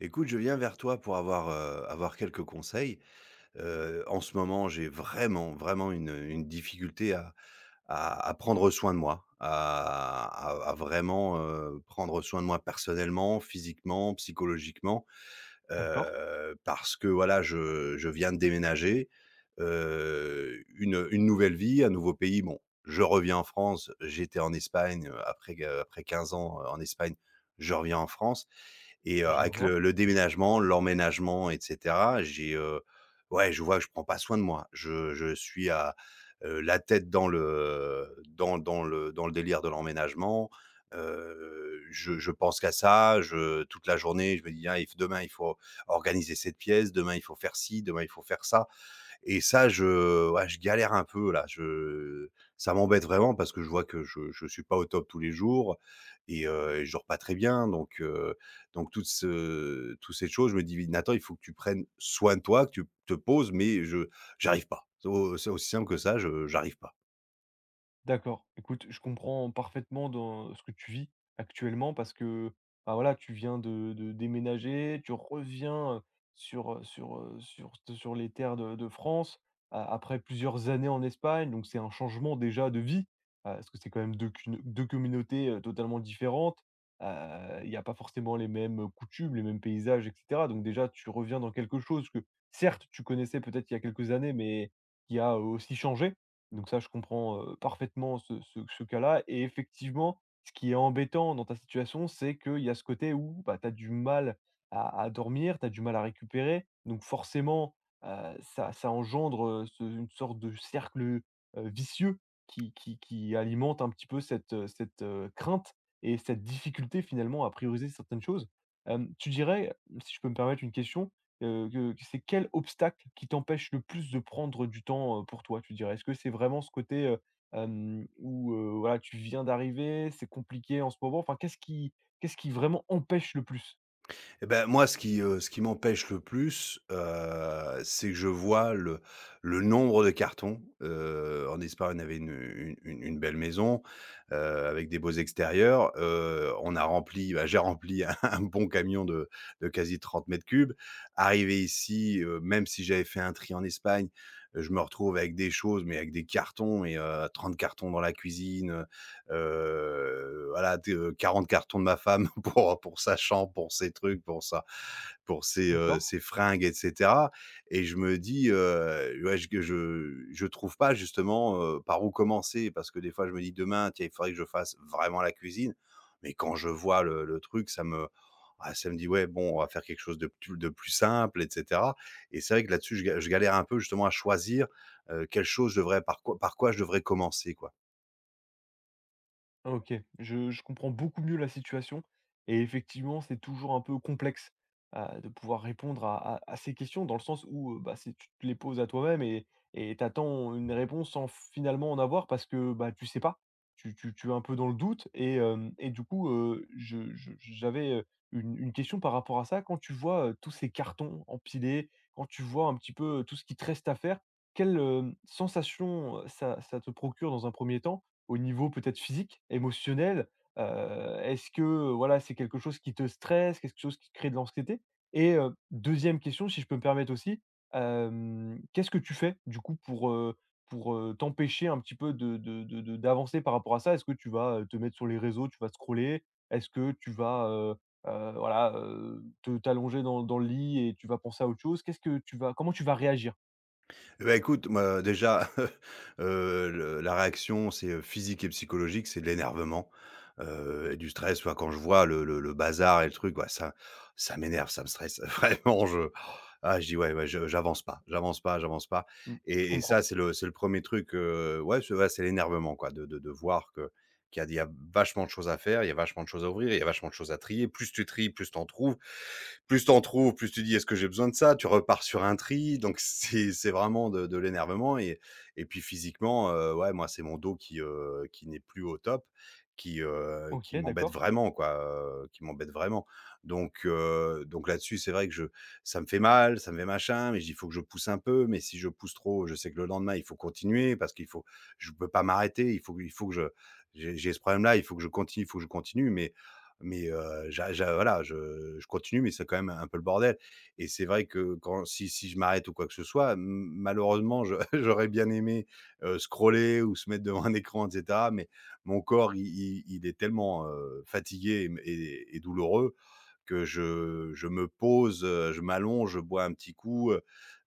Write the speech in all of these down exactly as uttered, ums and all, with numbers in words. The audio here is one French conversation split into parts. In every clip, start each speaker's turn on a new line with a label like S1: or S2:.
S1: Écoute, je viens vers toi pour avoir, heu, avoir quelques conseils. Heu, en ce moment, j'ai vraiment, vraiment une, une difficulté à à à prendre soin de moi, à à à vraiment, heu, prendre soin de moi personnellement, physiquement, psychologiquement,
S2: D'accord,
S1: heu, parce que voilà, je je viens de déménager, heu, une, une nouvelle vie, un nouveau pays. Bon, je reviens en France, j'étais en Espagne, heu, après euh, après quinze ans, heu, en Espagne, je reviens en France et heu,
S2: je
S1: avec
S2: vois.
S1: le le déménagement, l'emménagement et cetera, j'ai, heu, ouais, je vois que je prends pas soin de moi. Je je suis à, heu, la tête dans le dans dans le dans le délire de l'emménagement. Heu, je je pense qu'à ça, je toute la journée, je me dis: «Ah, il f demain, il faut organiser cette pièce, demain, il faut faire ci, demain, il faut faire ça». Et ça, je ouais, je galère un peu là, je ça m'embête vraiment parce que je vois que je je suis pas au top tous les jours et heu, et je dors pas très bien donc heu, donc toutes, ce toutes ces choses, je me dis: «Nathan, il faut que tu prennes soin de toi, que tu te poses» mais je j'arrive pas. C'est au c'est aussi simple que ça, je j'arrive pas.
S2: D'accord. Écoute, je comprends parfaitement dans ce que tu vis actuellement parce que bah voilà, tu viens de, de déménager, tu reviens sur, sur, euh, sur, sur les terres de, de France a- après plusieurs années en Espagne. Donc c'est un changement déjà de vie euh, parce que c'est quand même deux, cun- deux communautés euh, totalement différentes. Euh, Il n'y a pas forcément les mêmes coutumes, les mêmes paysages, et cetera. Donc déjà, tu reviens dans quelque chose que certes, tu connaissais peut-être il y a quelques années, mais qui a aussi changé. Donc ça, je comprends, heu, parfaitement ce ce ce cas-là, et effectivement, ce qui est embêtant dans ta situation, c'est qu'il y a ce côté où, bah, tu as du mal à à dormir, tu as du mal à récupérer. Donc forcément, heu, ça ça engendre, heu, ce une sorte de cercle, heu, vicieux, qui qui qui alimente un petit peu cette, heu, cette, heu, crainte et cette difficulté finalement à prioriser certaines choses. Hem, tu dirais, si je peux me permettre une question, Heu, que que c'est quel obstacle qui t'empêche le plus de prendre du temps, heu, pour toi, tu dirais? Est-ce que c'est vraiment ce côté, heu, hem, où, heu, voilà, tu viens d'arriver, c'est compliqué en ce moment? Enfin, qu'est-ce qui qu'est-ce qui vraiment empêche le plus?
S1: Et ben moi, ce qui, heu, ce qui m'empêche le plus, heu, c'est que je vois le le nombre de cartons. Heu, en Espagne, on avait une une une une belle maison, heu, avec des beaux extérieurs. Heu, on a rempli, bah, j'ai rempli un un bon camion de de quasi trente mètres cubes. Arrivé ici, heu, même si j'avais fait un tri en Espagne, euh, je me retrouve avec des choses, mais avec des cartons et heu, trente cartons dans la cuisine, euh, voilà, t- euh, quarante cartons de ma femme pour, pour sa chambre, pour ses trucs, pour ça, pour ses, euh,
S2: D'accord.
S1: ses fringues, et cetera. Et je me dis, euh, ouais, je, je, je trouve pas justement euh, par où commencer parce que des fois je me dis demain, tiens, il faudrait que je fasse vraiment la cuisine. Mais quand je vois le, le truc, ça me, ah, ça me dit, ouais, bon, on va faire quelque chose de, plus- de plus simple, et cetera. Et c'est vrai que là-dessus, je, ga- je galère un peu justement à choisir euh, quelle chose je devrais, par quoi, par quoi je devrais commencer, quoi.
S2: OK, je je comprends beaucoup mieux la situation et effectivement, c'est toujours un peu complexe, heu, de pouvoir répondre à à à ces questions dans le sens où, heu, bah, c'est tu te les poses à toi-même et et t'attends une réponse sans finalement en avoir parce que, bah, tu sais pas. Tu tu tu es un peu dans le doute et hem et du coup, heu, je je j'avais, heu, une une question par rapport à ça. Quand tu vois, heu, tous ces cartons empilés, quand tu vois un petit peu tout ce qui te reste à faire, quelle, hem, sensation, heu, ça ça te procure dans un premier temps? Au niveau peut-être physique, émotionnel, heu, est-ce que voilà, c'est quelque chose qui te stresse, quelque chose qui te crée de l'anxiété? Et heu, deuxième question, si je peux me permettre aussi, hem, qu'est-ce que tu fais du coup pour, heu, pour, heu, t'empêcher un petit peu de de de de d'avancer par rapport à ça? Est-ce que tu vas, heu, te mettre sur les réseaux, tu vas scroller? Est-ce que tu vas, heu heu, voilà, heu, te t'allonger dans dans le lit et tu vas penser à autre chose? Qu'est-ce que tu vas Comment tu vas réagir?
S1: Eh bah, écoute, moi, déjà, heu, le la réaction, c'est, heu, physique et psychologique, c'est de l'énervement, heu et du stress. Soit quand je vois le le le bazar et le truc, ouais, ça ça m'énerve, ça me stresse. Vraiment, je ah, je dis: «Ouais, ouais, je j'avance pas, j'avance pas, j'avance pas»
S2: Mmh, je
S1: et et
S2: comprends.
S1: ça, c'est le c'est le premier truc, heu, ouais, c'est ouais, c'est l'énervement, quoi, de de de voir que qu'il y a il y a vachement de choses à faire, il y a vachement de choses à ouvrir, il y a vachement de choses à trier. Plus tu tries, plus t'en trouves. Plus t'en trouves, plus tu dis est-ce que j'ai besoin de ça? Tu repars sur un tri. Donc c'est c'est vraiment de de l'énervement et et puis physiquement, heu, ouais, moi, c'est mon dos qui, heu, qui n'est plus au top, qui, heu,
S2: OK,
S1: qui m'embête
S2: d'accord,
S1: vraiment quoi, heu, qui m'embête vraiment. Donc heu, donc là-dessus, c'est vrai que je ça me fait mal, ça me fait machin, mais «Il faut que je pousse un peu», mais si je pousse trop, je sais que le lendemain, il faut continuer parce qu'il faut je peux pas m'arrêter, il faut il faut que je j'ai j'ai ce problème-là, il faut que je continue, il faut que je continue, mais mais heu, j'a j'a voilà, je je continue, mais c'est quand même un peu le bordel et c'est vrai que quand si si je m'arrête ou quoi que ce soit, m malheureusement, je j'aurais bien aimé, heu, scroller ou se mettre devant un écran et cetera, mais mon corps, il il il est tellement, heu, fatigué et et et douloureux que je je me pose, heu, je m'allonge, je bois un petit coup, heu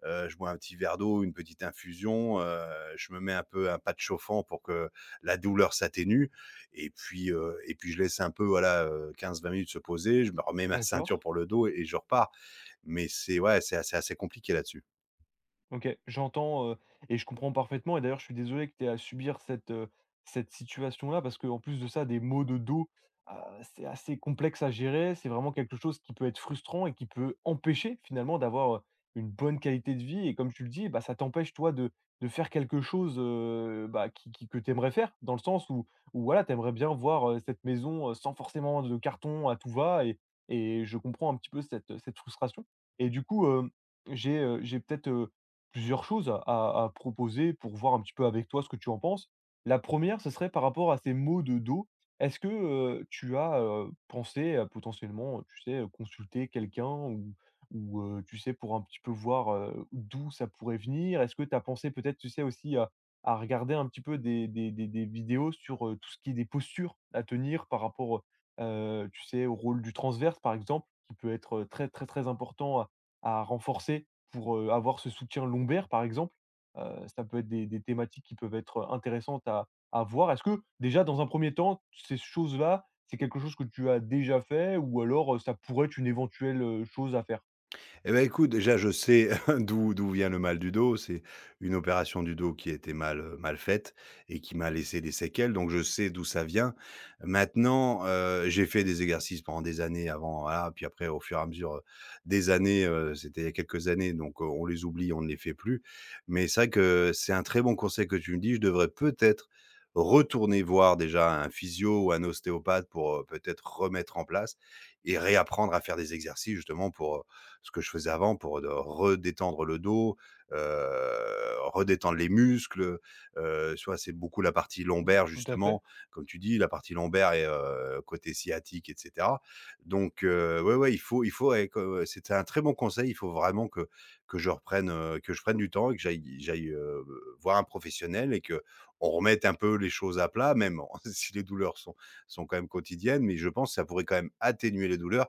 S1: heu, je bois un petit verre d'eau, une petite infusion, heu, je me mets un peu un patch chauffant pour que la douleur s'atténue et puis, heu et puis je laisse un peu, voilà, heu, quinze vingt minutes se poser, je me remets ma ceinture
S2: d'accord.
S1: pour le dos et et je repars. Mais c'est ouais, c'est assez assez compliqué là-dessus.
S2: OK, j'entends, heu et je comprends parfaitement et d'ailleurs, je suis désolé que tu aies à subir cette, heu, cette situation-là, parce qu'en plus de ça, des maux de dos, heu, c'est assez complexe à gérer. C'est vraiment quelque chose qui peut être frustrant et qui peut empêcher finalement d'avoir, heu, une bonne qualité de vie, et comme tu le dis, bah, ça t'empêche toi de de faire quelque chose, heu, bah, qui qui que tu aimerais faire. Dans le sens où où voilà, tu aimerais bien voir, heu, cette maison, heu, sans forcément de carton à tout va, et et je comprends un petit peu cette, cette frustration, et du coup, hem, j'ai, heu, j'ai peut-être, plusieurs choses à à à proposer pour voir un petit peu avec toi ce que tu en penses. La première, ce serait par rapport à ces maux de dos. Est-ce que, heu, tu as, heu, pensé à potentiellement, tu sais, consulter quelqu'un ou ou, heu, tu sais, pour un petit peu voir, heu, d'où ça pourrait venir? Est-ce que tu as pensé peut-être, tu sais, aussi à à regarder un petit peu des des des des vidéos sur, heu, tout ce qui est des postures à tenir par rapport, heu tu sais, au rôle du transverse, par exemple, qui peut être très, très, très important à à renforcer pour, heu, avoir ce soutien lombaire, par exemple? Heu, ça peut être des des thématiques qui peuvent être intéressantes à à voir. Est-ce que, déjà, dans un premier temps, ces choses-là, c'est quelque chose que tu as déjà fait, ou alors, heu, ça pourrait être une éventuelle, heu, chose à faire?
S1: Eh ben écoute, déjà, je sais d'où d'où vient le mal du dos. C'est une opération du dos qui a été mal, heu, mal faite et qui m'a laissé des séquelles, donc je sais d'où ça vient. Maintenant, heu, j'ai fait des exercices pendant des années avant, voilà, puis après, au fur et à mesure, heu, des années, heu, c'était il y a quelques années, donc heu, on les oublie, on ne les fait plus. Mais c'est vrai que c'est un très bon conseil que tu me dis. Je devrais peut-être retourner voir déjà un physio ou un ostéopathe pour, heu, peut-être remettre en place et réapprendre à faire des exercices justement pour, euh, ce que je faisais avant pour de redétendre le dos, heu, redétendre les muscles, heu, tu vois? C'est beaucoup la partie
S2: Mmh,
S1: lombaire
S2: tout à fait,
S1: justement, comme tu dis, la partie lombaire et heu, côté sciatique et cetera. Donc heu, ouais, ouais, il faut il faut, ouais, que c'était un très bon conseil, il faut vraiment que que je reprenne, heu, que je prenne du temps et que j'aille j'aille, heu, voir un professionnel et que on remette un peu les choses à plat, même si les douleurs sont sont quand même quotidiennes, mais je pense que ça pourrait quand même atténuer les douleurs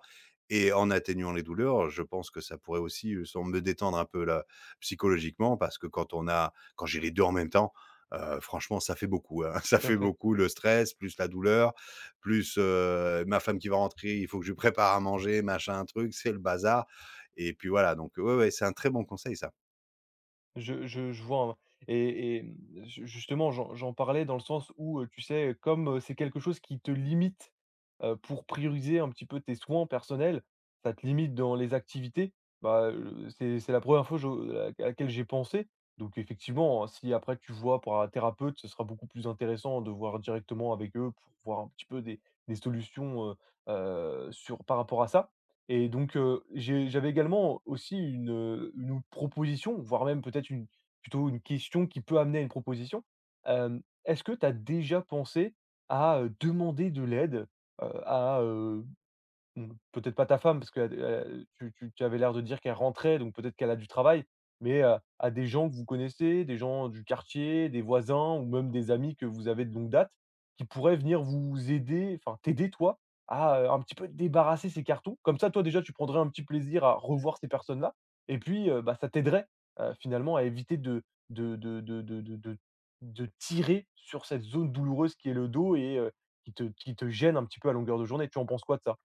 S1: et en atténuant les douleurs, je pense que ça pourrait aussi, heu, sans me détendre un peu là, psychologiquement parce que quand on a quand j'ai les deux en même temps, heu, franchement ça fait beaucoup, hein. Ça
S2: tout à
S1: fait
S2: fait.
S1: beaucoup le stress, plus la douleur, plus, heu, ma femme qui va rentrer, il faut que je lui prépare à manger, machin, truc, c'est le bazar et puis voilà donc, ouais, ouais, c'est un très bon conseil ça.
S2: Je je je vois, hein, et et mmh, ju justement, j'en j'en parlais dans le sens où, heu, tu sais, comme, heu, c'est quelque chose qui te limite, heu, pour prioriser un petit peu tes soins personnels, ça te limite dans les activités. Bah, heu, c'est c'est la première fois je à à laquelle j'ai pensé, donc effectivement, hein, si après tu vois pour un thérapeute, ce sera beaucoup plus intéressant de voir directement avec eux pour voir un petit peu des des solutions, heu heu, sur par rapport à ça. Et donc, heu, j'ai j'avais également aussi une, heu, une autre proposition, voire même peut-être une plutôt une question qui peut amener à une proposition. Hem, est-ce que tu as déjà pensé à, heu, demander de l'aide, heu, à, Mmh, peut-être pas ta femme parce que, heu, tu tu tu avais l'air de dire qu'elle rentrait, donc peut-être qu'elle a du travail, mais, heu, à des gens que vous connaissez, des gens du quartier, des voisins, ou même des amis que vous avez de longue date, qui pourraient venir vous aider, enfin t'aider toi, à, heu, un petit peu te débarrasser ces cartons. Comme ça, toi déjà, tu prendrais un petit plaisir à revoir ces personnes-là, et puis, heu, bah, ça t'aiderait, heu, finalement à éviter de de de de de de de de tirer sur cette zone douloureuse qui est le dos, et heu, qui te qui te gêne un petit peu à longueur de journée. Tu en penses quoi de ça?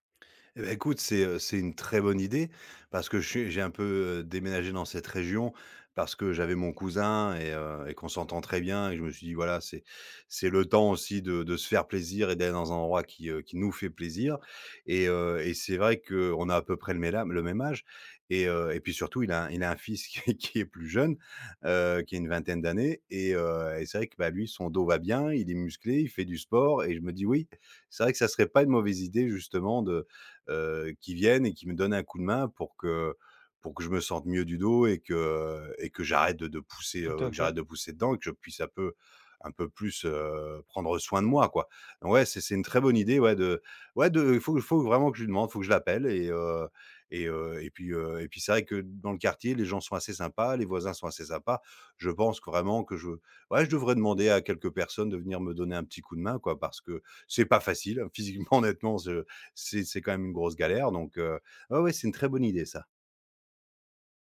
S1: Eh beh, écoute, c'est, heu, c'est une très bonne idée parce que je suis j'ai un peu, heu, déménagé dans cette région parce que j'avais mon cousin et heu et qu'on s'entend très bien et je me suis dit: «Voilà, c'est c'est le temps aussi de de se faire plaisir et d'aller dans un endroit qui, heu, qui nous fait plaisir» et heu et c'est vrai qu'on a à peu près le méla le même âge et heu et puis surtout il a un il a un fils qui est qui est plus jeune, heu, qui a une vingtaine d'années et heu et c'est vrai que, bah, lui, son dos va bien, il est musclé, il fait du sport et je me dis: «Oui, c'est vrai que ça serait pas une mauvaise idée justement de heu, qui viennent et qui me donnent un coup de main pour que pour que je me sente mieux du dos et que et que j'arrête de de pousser,
S2: Tout
S1: heu,
S2: à
S1: que
S2: fait.
S1: j'arrête de pousser dedans et que je puisse un peu un peu plus, heu, prendre soin de moi, quoi. Donc Ouais, c'est c'est une très bonne idée, ouais, de ouais, de il faut que- faut vraiment que je lui demande, faut que je l'appelle et heu et heu et puis, heu et puis c'est vrai que dans le quartier, les gens sont assez sympas, les voisins sont assez sympas. Je pense que vraiment que je ouais, je devrais demander à quelques personnes de venir me donner un petit coup de main, quoi, parce que c'est pas facile, hein. Physiquement, honnêtement, je c'est c'est quand même une grosse galère. Donc, euh, ouais, ouais, c'est une très bonne idée, ça.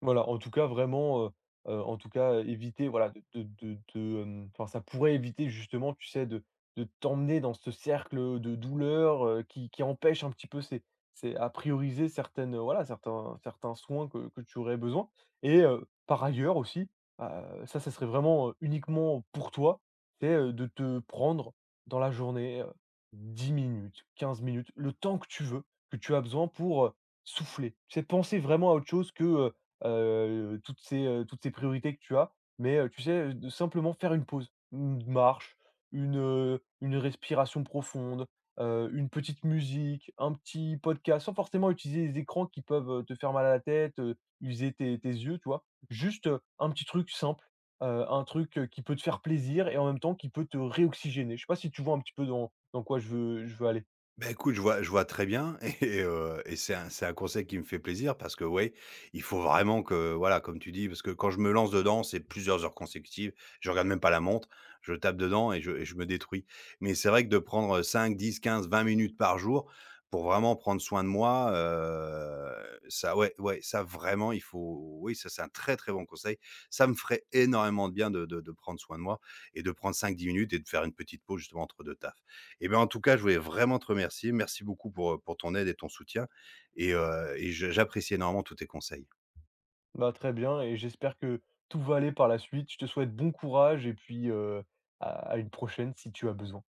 S2: Voilà, en tout cas vraiment, heu heu, en tout cas, éviter voilà de de de de, hem, enfin ça pourrait éviter justement, tu sais, de de t'emmener dans ce cercle de douleur, heu, qui qui empêche un petit peu ces ces à prioriser certaines, heu, voilà, certains certains soins que que tu aurais besoin, et heu, par ailleurs aussi, heu, ça, ça serait vraiment, heu, uniquement pour toi, c'est, heu, de te prendre dans la journée, heu, dix minutes, quinze minutes, le temps que tu veux, que tu as besoin pour, heu, souffler. C'est penser vraiment à autre chose que, heu heu, toutes ces, heu, toutes ces priorités que tu as. Mais, heu, tu sais, de simplement faire une pause, une marche, une, heu, une respiration profonde, heu, une petite musique, un petit podcast, sans forcément utiliser les écrans qui peuvent, heu, te faire mal à la tête, heu, user tes tes yeux, tu vois? Juste, heu, un petit truc simple, heu, un truc, heu, qui peut te faire plaisir et en même temps qui peut te réoxygéner. Je sais pas si tu vois un petit peu dans dans quoi je veux je veux aller?
S1: Bah, écoute, je vois je vois très bien et heu et c'est un c'est un conseil qui me fait plaisir parce que, ouais, il faut vraiment que, voilà, comme tu dis, parce que quand je me lance dedans, c'est plusieurs heures consécutives, je regarde même pas la montre, je tape dedans et je et je me détruis. Mais c'est vrai que de prendre, cinq, dix, quinze, vingt minutes par jour pour vraiment prendre soin de moi, heu, ça, ouais, ouais, ça vraiment il faut oui, ça, c'est un très, très bon conseil. Ça me ferait énormément de bien de de de prendre soin de moi et de prendre cinq dix minutes et de faire une petite pause justement entre deux tafs. Eh bien, en tout cas, je voulais vraiment te remercier. Merci beaucoup pour, heu, pour ton aide et ton soutien et heu et je j'apprécie énormément tous tes conseils.
S2: Bah, très bien, et j'espère que tout va aller par la suite. Je te souhaite bon courage et puis, heu, à à une prochaine si tu as besoin.